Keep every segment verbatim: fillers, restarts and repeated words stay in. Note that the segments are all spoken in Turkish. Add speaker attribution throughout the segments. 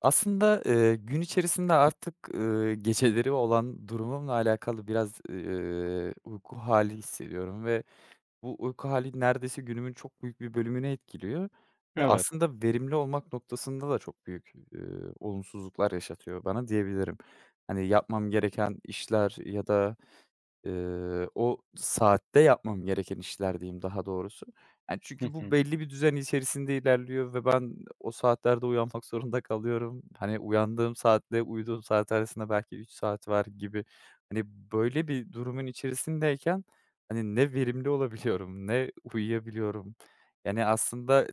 Speaker 1: Aslında, eee, gün içerisinde artık, ııı, geceleri olan durumumla alakalı biraz, eee, uyku hâli hissediyorum ve bu uyku hali neredeyse günümün çok büyük bir bölümünü etkiliyor ve
Speaker 2: Evet.
Speaker 1: aslında verimli olmak noktasında da çok büyük, ııı, olumsuzluklar yaşatıyor bana diyebilirim. Hani, yapmam gereken işler ya da Eee, o saatte yapmam gereken işler diyeyim daha doğrusu. Yani,
Speaker 2: Hı
Speaker 1: çünkü bu
Speaker 2: hı.
Speaker 1: belli bir düzen içerisinde ilerliyor ve ben o saatlerde uyanmak zorunda kalıyorum. Hani, uyandığım saatle uyuduğum saat arasında belki üç saat var gibi. Hani, böyle bir durumun içerisindeyken, hani, ne verimli olabiliyorum ne uyuyabiliyorum. Yani, aslında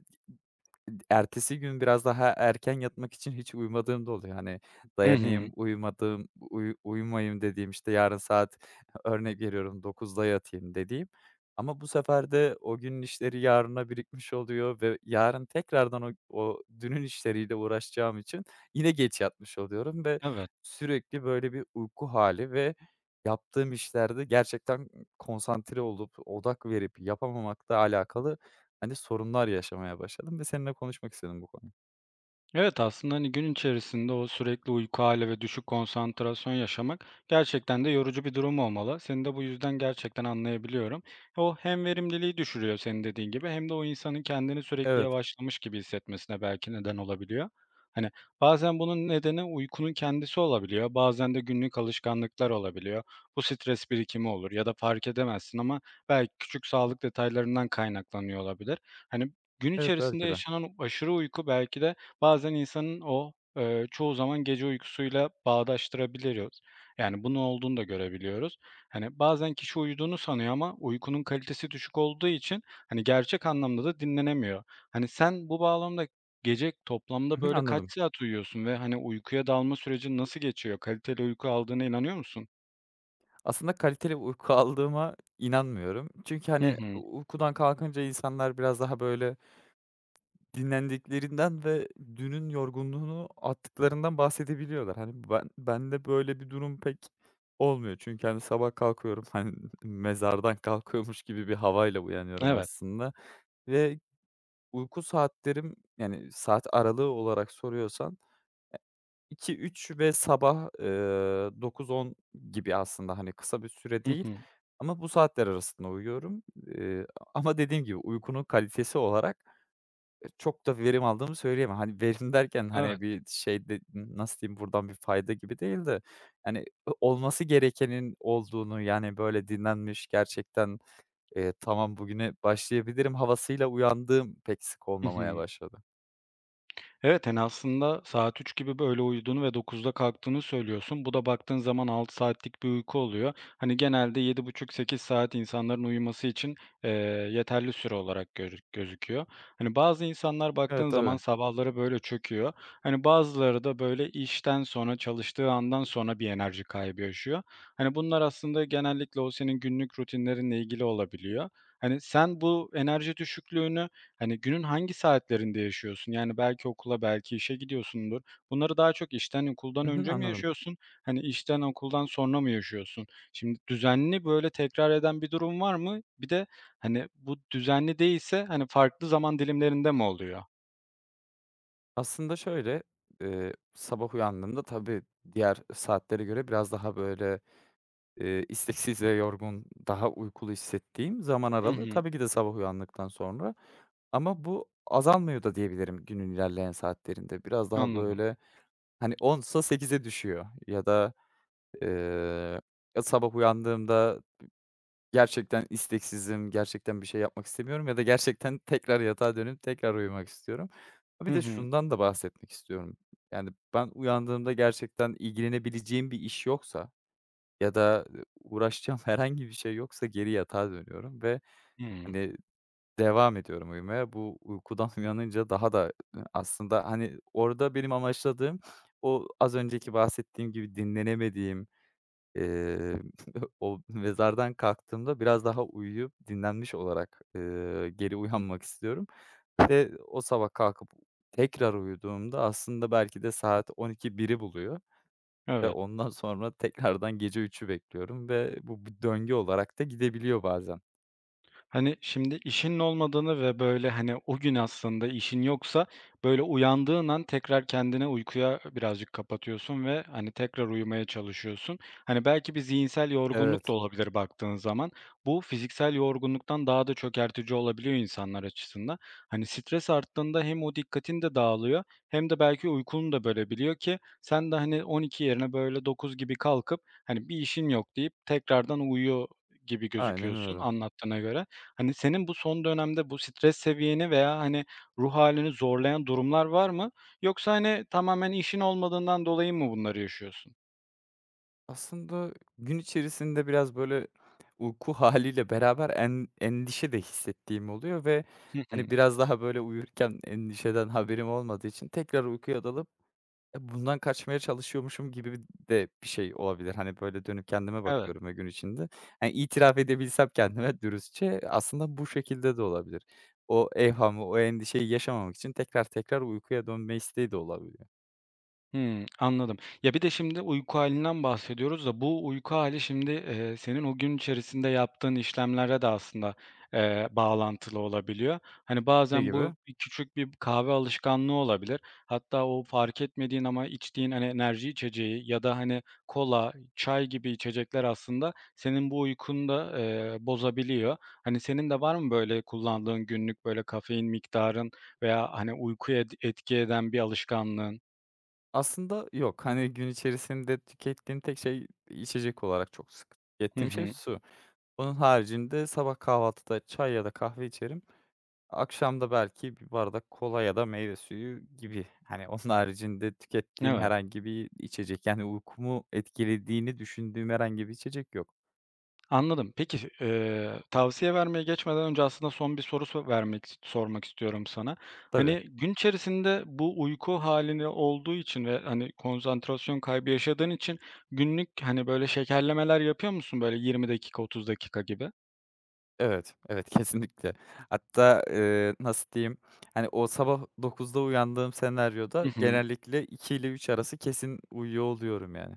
Speaker 1: ertesi gün biraz daha erken yatmak için hiç uyumadığım da oluyor. Hani,
Speaker 2: Hı hı.
Speaker 1: dayanayım, uyumadığım, uyu uyumayayım dediğim, işte, yarın saat örnek veriyorum dokuzda yatayım dediğim, ama bu sefer de o günün işleri yarına birikmiş oluyor ve yarın tekrardan o o dünün işleriyle uğraşacağım için yine geç yatmış oluyorum ve
Speaker 2: Evet.
Speaker 1: sürekli böyle bir uyku hali ve yaptığım işlerde gerçekten konsantre olup, odak verip yapamamakla alakalı bence sorunlar yaşamaya başladım ve seninle konuşmak istedim bu konuyu.
Speaker 2: Evet, aslında, hani, gün içerisinde o sürekli uyku hali ve düşük konsantrasyon yaşamak gerçekten de yorucu bir durum olmalı. Seni de bu yüzden gerçekten anlayabiliyorum. E, o hem verimliliği düşürüyor senin dediğin gibi hem de o insanın kendini sürekli
Speaker 1: Evet,
Speaker 2: yavaşlamış gibi hissetmesine belki neden olabiliyor. Hani, bazen bunun nedeni uykunun kendisi olabiliyor, bazen de günlük alışkanlıklar olabiliyor. Bu stres birikimi olur ya da fark edemezsin ama belki küçük sağlık detaylarından kaynaklanıyor olabilir. Hani, gün
Speaker 1: evet,
Speaker 2: içerisinde
Speaker 1: belki de.
Speaker 2: yaşanan aşırı uyku belki de bazen insanın o, eee, çoğu zaman gece uykusuyla bağdaştırabiliyoruz. Yani bunun olduğunu da görebiliyoruz. Hani, bazen kişi uyuduğunu sanıyor ama uykunun kalitesi düşük olduğu için, hani, gerçek anlamda da dinlenemiyor. Hani, sen bu bağlamda gece toplamda
Speaker 1: Hı hı,
Speaker 2: böyle kaç
Speaker 1: anladım.
Speaker 2: saat uyuyorsun ve, hani, uykuya dalma sürecin nasıl geçiyor? Kaliteli uyku aldığına inanıyor musun?
Speaker 1: Aslında kaliteli uyku aldığıma inanmıyorum. Çünkü,
Speaker 2: Hı
Speaker 1: hani,
Speaker 2: hı.
Speaker 1: uykudan kalkınca insanlar biraz daha, böyle, dinlendiklerinden ve dünün yorgunluğunu attıklarından bahsedebiliyorlar. Hani, ben bende böyle bir durum pek olmuyor. Çünkü, hani, sabah kalkıyorum, hani, mezardan kalkıyormuş gibi bir havayla uyanıyorum
Speaker 2: Evet.
Speaker 1: aslında ve uyku saatlerim, yani, saat aralığı olarak soruyorsan iki üç ve sabah, eee, dokuz on gibi aslında, hani, kısa bir süre
Speaker 2: Hı
Speaker 1: değil
Speaker 2: hı.
Speaker 1: ama bu saatler arasında uyuyorum. Eee, ama dediğim gibi uykunun kalitesi olarak, eee, çok da verim aldığımı söyleyemem. Hani, verim derken,
Speaker 2: Evet.
Speaker 1: hani, bir şey de nasıl diyeyim, buradan bir fayda gibi değil de, hani, o olması gerekenin olduğunu, yani, böyle dinlenmiş, gerçekten, eee, "Tamam, bugüne başlayabilirim." havasıyla uyandığım pek sık
Speaker 2: Hı
Speaker 1: olmamaya
Speaker 2: hı.
Speaker 1: başladı.
Speaker 2: Evet, hani, aslında saat üç gibi böyle uyuduğunu ve dokuzda kalktığını söylüyorsun. Bu da baktığın zaman altı saatlik bir uyku oluyor. Hani, genelde yedi buçuk sekiz saat insanların uyuması için, eee, yeterli süre olarak görü gözüküyor. Hani, bazı insanlar baktığın
Speaker 1: Evet,
Speaker 2: zaman
Speaker 1: tabii.
Speaker 2: sabahları böyle çöküyor. Hani, bazıları da böyle işten sonra, çalıştığı andan sonra bir enerji kaybı yaşıyor. Hani, bunlar aslında genellikle o senin günlük rutinlerinle ilgili olabiliyor. Hani, sen bu enerji düşüklüğünü hani, günün hangi saatlerinde yaşıyorsun? Yani, belki okula, belki işe gidiyorsundur. Bunları daha çok işten, okuldan
Speaker 1: Hı hı,
Speaker 2: önce mi
Speaker 1: anladım.
Speaker 2: yaşıyorsun? Hani, işten, okuldan sonra mı yaşıyorsun? Şimdi düzenli, böyle, tekrar eden bir durum var mı? Bir de, hani, bu düzenli değilse, hani, farklı zaman dilimlerinde mi oluyor?
Speaker 1: Aslında şöyle, eee, sabah uyandığımda tabii diğer saatlere göre biraz daha böyle, eee, isteksiz ve yorgun, daha uykulu hissettiğim zaman
Speaker 2: Hı
Speaker 1: aralığı
Speaker 2: hı.
Speaker 1: tabii ki de sabah uyandıktan sonra. Ama bu azalmıyor da diyebilirim günün ilerleyen saatlerinde. Biraz daha
Speaker 2: Anladım.
Speaker 1: böyle, hani, onsa sekize düşüyor ya da, eee, sabah uyandığımda gerçekten isteksizim, gerçekten bir şey yapmak istemiyorum ya da gerçekten tekrar yatağa dönüp tekrar uyumak istiyorum.
Speaker 2: Hı
Speaker 1: Bir de
Speaker 2: hı.
Speaker 1: şundan da bahsetmek istiyorum. Yani, ben uyandığımda gerçekten ilgilenebileceğim bir iş yoksa ya da, e, uğraşacağım herhangi bir şey yoksa geri yatağa dönüyorum ve,
Speaker 2: Hımm.
Speaker 1: hani, devam ediyorum uyumaya. Bu uykudan uyanınca daha da, e, aslında, hani, orada benim amaçladığım o az önceki bahsettiğim gibi dinlenemediğim Eee, o mezardan kalktığımda biraz daha uyuyup dinlenmiş olarak, eee, geri uyanmak istiyorum ve o sabah kalkıp tekrar uyuduğumda aslında belki de saat on bir biri buluyor ve
Speaker 2: Evet.
Speaker 1: ondan sonra tekrardan gece üçü bekliyorum ve bu bir döngü olarak da gidebiliyor bazen.
Speaker 2: Hani, şimdi işinin olmadığını ve, böyle, hani, o gün aslında işin yoksa, böyle, uyandığın an tekrar kendine uykuya birazcık kapatıyorsun ve, hani, tekrar uyumaya çalışıyorsun. Hani, belki bir zihinsel yorgunluk da
Speaker 1: Evet.
Speaker 2: olabilir baktığın zaman. Bu fiziksel yorgunluktan daha da çökertici olabiliyor insanlar açısından. Hani, stres arttığında hem o dikkatin de dağılıyor hem de belki uykunu da bölebiliyor ki sen de, hani, on iki yerine, böyle, dokuz gibi kalkıp, hani, bir işin yok deyip tekrardan uyuyor gibi
Speaker 1: Aynen
Speaker 2: gözüküyorsun
Speaker 1: öyle.
Speaker 2: anlattığına göre. Hani, senin bu son dönemde bu stres seviyeni veya, hani, ruh halini zorlayan durumlar var mı? Yoksa, hani, tamamen işin olmadığından dolayı mı bunları yaşıyorsun?
Speaker 1: Aslında gün içerisinde biraz, böyle, uyku haliyle beraber en endişe de hissettiğim oluyor ve,
Speaker 2: Hı hı.
Speaker 1: hani, biraz daha, böyle, uyurken endişeden haberim olmadığı için tekrar uykuya dalıp, e, bundan kaçmaya çalışıyormuşum gibi de bir şey olabilir. Hani, böyle, dönüp kendime
Speaker 2: Evet.
Speaker 1: bakıyorum ve gün içinde, hani, itiraf edebilsem kendime dürüstçe aslında bu şekilde de olabilir. O evhamı, o endişeyi yaşamamak için tekrar tekrar uykuya dönme isteği de olabiliyor.
Speaker 2: Hımm, anladım. Ya, bir de şimdi uyku halinden bahsediyoruz da bu uyku hali şimdi, eee, senin o gün içerisinde yaptığın işlemlere de aslında, eee, bağlantılı olabiliyor. Hani,
Speaker 1: Ne
Speaker 2: bazen bu
Speaker 1: gibi?
Speaker 2: bir küçük bir kahve alışkanlığı olabilir. Hatta o fark etmediğin ama içtiğin, hani, enerji içeceği ya da, hani, kola, çay gibi içecekler aslında senin bu uykunu da, eee, bozabiliyor. Hani, senin de var mı böyle kullandığın günlük böyle kafein miktarın veya, hani, uykuya et etki eden bir alışkanlığın?
Speaker 1: Aslında yok. Hani, gün içerisinde tükettiğim tek şey içecek olarak çok sık
Speaker 2: Hı
Speaker 1: tükettiğim şey
Speaker 2: hı.
Speaker 1: su. Onun haricinde sabah kahvaltıda çay ya da kahve içerim. Akşamda belki bir bardak kola ya da meyve suyu gibi. Hani, onun haricinde tükettiğim
Speaker 2: Evet,
Speaker 1: herhangi bir içecek, yani, uykumu etkilediğini düşündüğüm herhangi bir içecek yok.
Speaker 2: anladım. Peki, eee, tavsiye vermeye geçmeden önce aslında son bir soru so vermek sormak istiyorum sana.
Speaker 1: Tabii.
Speaker 2: Hani, gün içerisinde bu uyku halini olduğu için ve, hani, konsantrasyon kaybı yaşadığın için günlük, hani, böyle şekerlemeler yapıyor musun? Böyle yirmi dakika, otuz dakika gibi?
Speaker 1: Evet, evet, kesinlikle. Hatta, eee, nasıl diyeyim, hani, o sabah dokuzda uyandığım
Speaker 2: Hı
Speaker 1: senaryoda
Speaker 2: hı.
Speaker 1: genellikle iki ile üç arası kesin uyuyor oluyorum yani.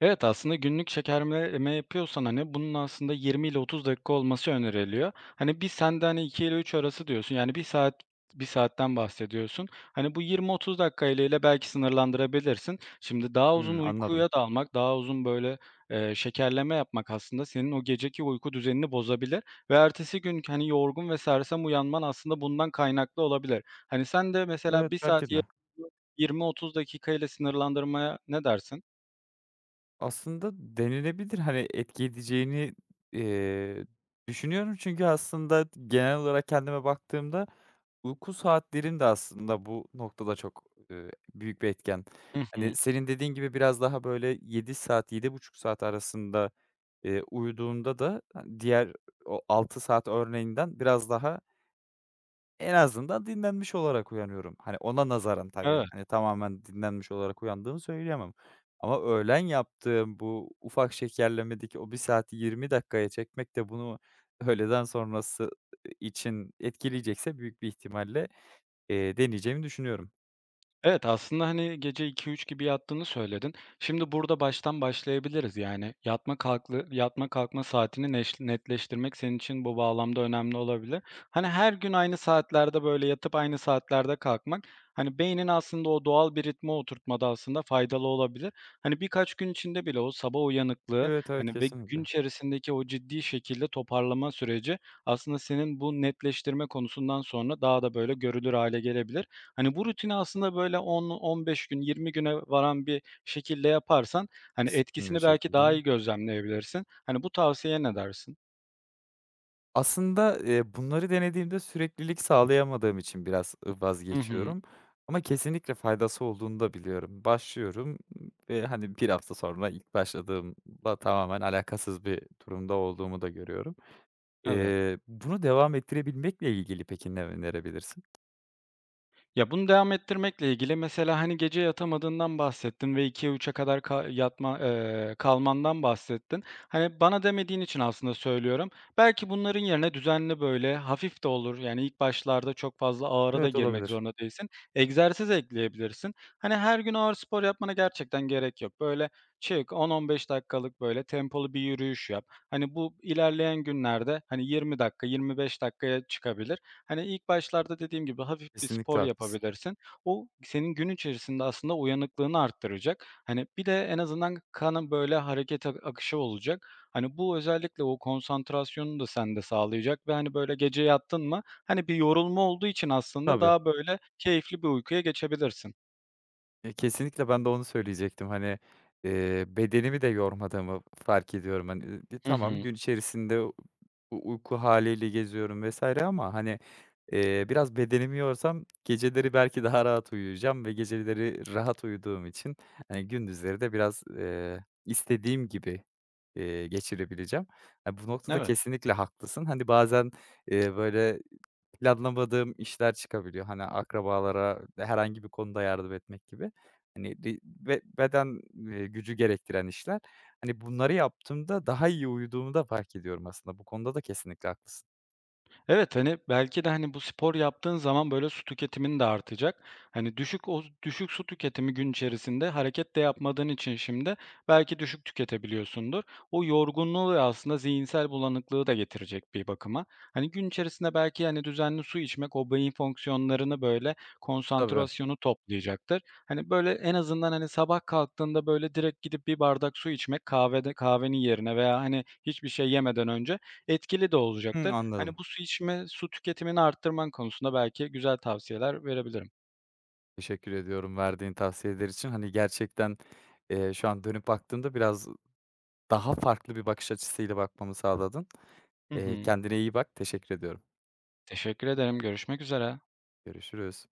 Speaker 2: Evet, aslında günlük şekerleme yapıyorsan, hani, bunun aslında yirmi ile otuz dakika olması öneriliyor. Hani, bir sen de, hani, iki ile üç arası diyorsun. Yani bir saat bir saatten bahsediyorsun. Hani, bu yirmi otuz ile ile belki sınırlandırabilirsin. Şimdi daha uzun
Speaker 1: Hımm,
Speaker 2: uykuya
Speaker 1: anladım.
Speaker 2: dalmak, daha uzun, böyle, eee, şekerleme yapmak aslında senin o geceki uyku düzenini bozabilir ve ertesi gün, hani, yorgun ve sersem uyanman aslında bundan kaynaklı olabilir. Hani, sen de mesela
Speaker 1: Evet,
Speaker 2: bir saat
Speaker 1: belki de.
Speaker 2: yirmi otuz ile sınırlandırmaya ne dersin?
Speaker 1: Aslında denilebilir, hani, etki edeceğini, eee, düşünüyorum. Çünkü aslında genel olarak kendime baktığımda uyku saatlerim de aslında bu noktada çok, eee, büyük bir etken.
Speaker 2: Hı hı.
Speaker 1: Hani, senin dediğin gibi biraz daha böyle yedi saat, yedi buçuk saat arasında, eee, uyuduğumda da, hani, diğer o altı saat örneğinden biraz daha en azından dinlenmiş olarak uyanıyorum. Hani, ona nazaran tabii.
Speaker 2: Evet,
Speaker 1: Hani, tamamen dinlenmiş olarak uyandığımı söyleyemem. Ama öğlen yaptığım bu ufak şekerlemedeki o bir saati yirmi dakikaya çekmek de bunu öğleden sonrası için etkileyecekse büyük bir ihtimalle, eee, deneyeceğimi düşünüyorum.
Speaker 2: evet, aslında, hani, gece iki üç gibi yattığını söyledin. Şimdi burada baştan başlayabiliriz. Yani yatma kalklı yatma kalkma saatini neş netleştirmek senin için bu bağlamda önemli olabilir. Hani, her gün aynı saatlerde, böyle, yatıp aynı saatlerde kalkmak, hani, beynin aslında o doğal bir ritme oturtmada aslında faydalı olabilir. Hani, birkaç gün içinde bile o sabah uyanıklığı,
Speaker 1: Evet, evet,
Speaker 2: hani, ve gün
Speaker 1: kesinlikle.
Speaker 2: içerisindeki o ciddi şekilde toparlama süreci aslında senin bu netleştirme konusundan sonra daha da, böyle, görülür hale gelebilir. Hani, bu rutini aslında böyle on on beş gün, yirmi güne varan bir şekilde yaparsan, hani,
Speaker 1: Disiplinli bir
Speaker 2: etkisini belki
Speaker 1: şekilde.
Speaker 2: daha iyi gözlemleyebilirsin. Hani, bu tavsiyeye ne dersin?
Speaker 1: Aslında, eee, bunları denediğimde süreklilik sağlayamadığım için biraz, ııı,
Speaker 2: Hı hı.
Speaker 1: vazgeçiyorum ama kesinlikle faydası olduğunu da biliyorum. Başlıyorum ve, hani, bir hafta sonra ilk başladığımla tamamen alakasız bir durumda olduğumu da görüyorum.
Speaker 2: Evet.
Speaker 1: Eee, bunu devam ettirebilmekle ilgili peki ne önerebilirsin?
Speaker 2: Ya, bunu devam ettirmekle ilgili mesela, hani, gece yatamadığından bahsettin ve ikiye üçe kadar ka yatma, eee, kalmandan bahsettin. Hani, bana demediğin için aslında söylüyorum. Belki bunların yerine düzenli, böyle, hafif de olur, yani, ilk başlarda çok fazla ağıra da
Speaker 1: Evet,
Speaker 2: girmek
Speaker 1: olabilir.
Speaker 2: zorunda değilsin. Egzersiz ekleyebilirsin. Hani, her gün ağır spor yapmana gerçekten gerek yok. Böyle, çık, on on beş dakikalık, böyle, tempolu bir yürüyüş yap. Hani, bu ilerleyen günlerde, hani, yirmi dakika, yirmi beş dakikaya çıkabilir. Hani, ilk başlarda dediğim gibi hafif bir
Speaker 1: Kesinlikle
Speaker 2: spor
Speaker 1: haklısın.
Speaker 2: yapabilirsin. O senin gün içerisinde aslında uyanıklığını arttıracak. Hani, bir de en azından kanın, böyle, hareket ak akışı olacak. Hani, bu özellikle o konsantrasyonunu da sende sağlayacak ve, hani, böyle, gece yattın mı, hani, bir yorulma olduğu için aslında
Speaker 1: Tabii.
Speaker 2: daha, böyle, keyifli bir uykuya geçebilirsin.
Speaker 1: Eee, kesinlikle ben de onu söyleyecektim. Hani, eee, bedenimi de yormadığımı fark ediyorum. Hani, ııı,
Speaker 2: Hı
Speaker 1: tamam
Speaker 2: hı.
Speaker 1: gün içerisinde u uyku haliyle geziyorum vesaire ama, hani, eee, biraz bedenimi yorsam geceleri belki daha rahat uyuyacağım ve geceleri rahat uyuduğum için, hani, gündüzleri de biraz, eee, istediğim gibi, eee, geçirebileceğim. Ya, bu noktada
Speaker 2: Evet.
Speaker 1: kesinlikle haklısın. Hani, bazen, eee, böyle planlamadığım işler çıkabiliyor. Hani akrabalara herhangi bir konuda yardım etmek gibi. Hani di be beden, eee, gücü gerektiren işler. Hani bunları yaptığımda daha iyi uyuduğumu da fark ediyorum aslında. Bu konuda da kesinlikle haklısın.
Speaker 2: Evet, hani, belki de, hani, bu spor yaptığın zaman, böyle, su tüketimin de artacak. Hani, düşük o düşük su tüketimi gün içerisinde hareket de yapmadığın için şimdi belki düşük tüketebiliyorsundur. O yorgunluğu ve aslında zihinsel bulanıklığı da getirecek bir bakıma. Hani, gün içerisinde belki, hani, düzenli su içmek o beyin fonksiyonlarını, böyle,
Speaker 1: Tabii.
Speaker 2: konsantrasyonu toplayacaktır. Hani, böyle, en azından, hani, sabah kalktığında, böyle, direkt gidip bir bardak su içmek kahvede kahvenin yerine veya, hani, hiçbir şey yemeden önce etkili de
Speaker 1: Hımm,
Speaker 2: olacaktır. Hani,
Speaker 1: anladım.
Speaker 2: bu su içme su tüketimini arttırman konusunda belki güzel tavsiyeler verebilirim.
Speaker 1: Teşekkür ediyorum verdiğin tavsiyeler için. Hani gerçekten, eee, şu an dönüp baktığımda biraz daha farklı bir bakış açısıyla bakmamı sağladın.
Speaker 2: Hı
Speaker 1: Eee,
Speaker 2: hı.
Speaker 1: kendine iyi bak. Teşekkür ediyorum.
Speaker 2: Teşekkür ederim. Görüşmek üzere.
Speaker 1: Görüşürüz.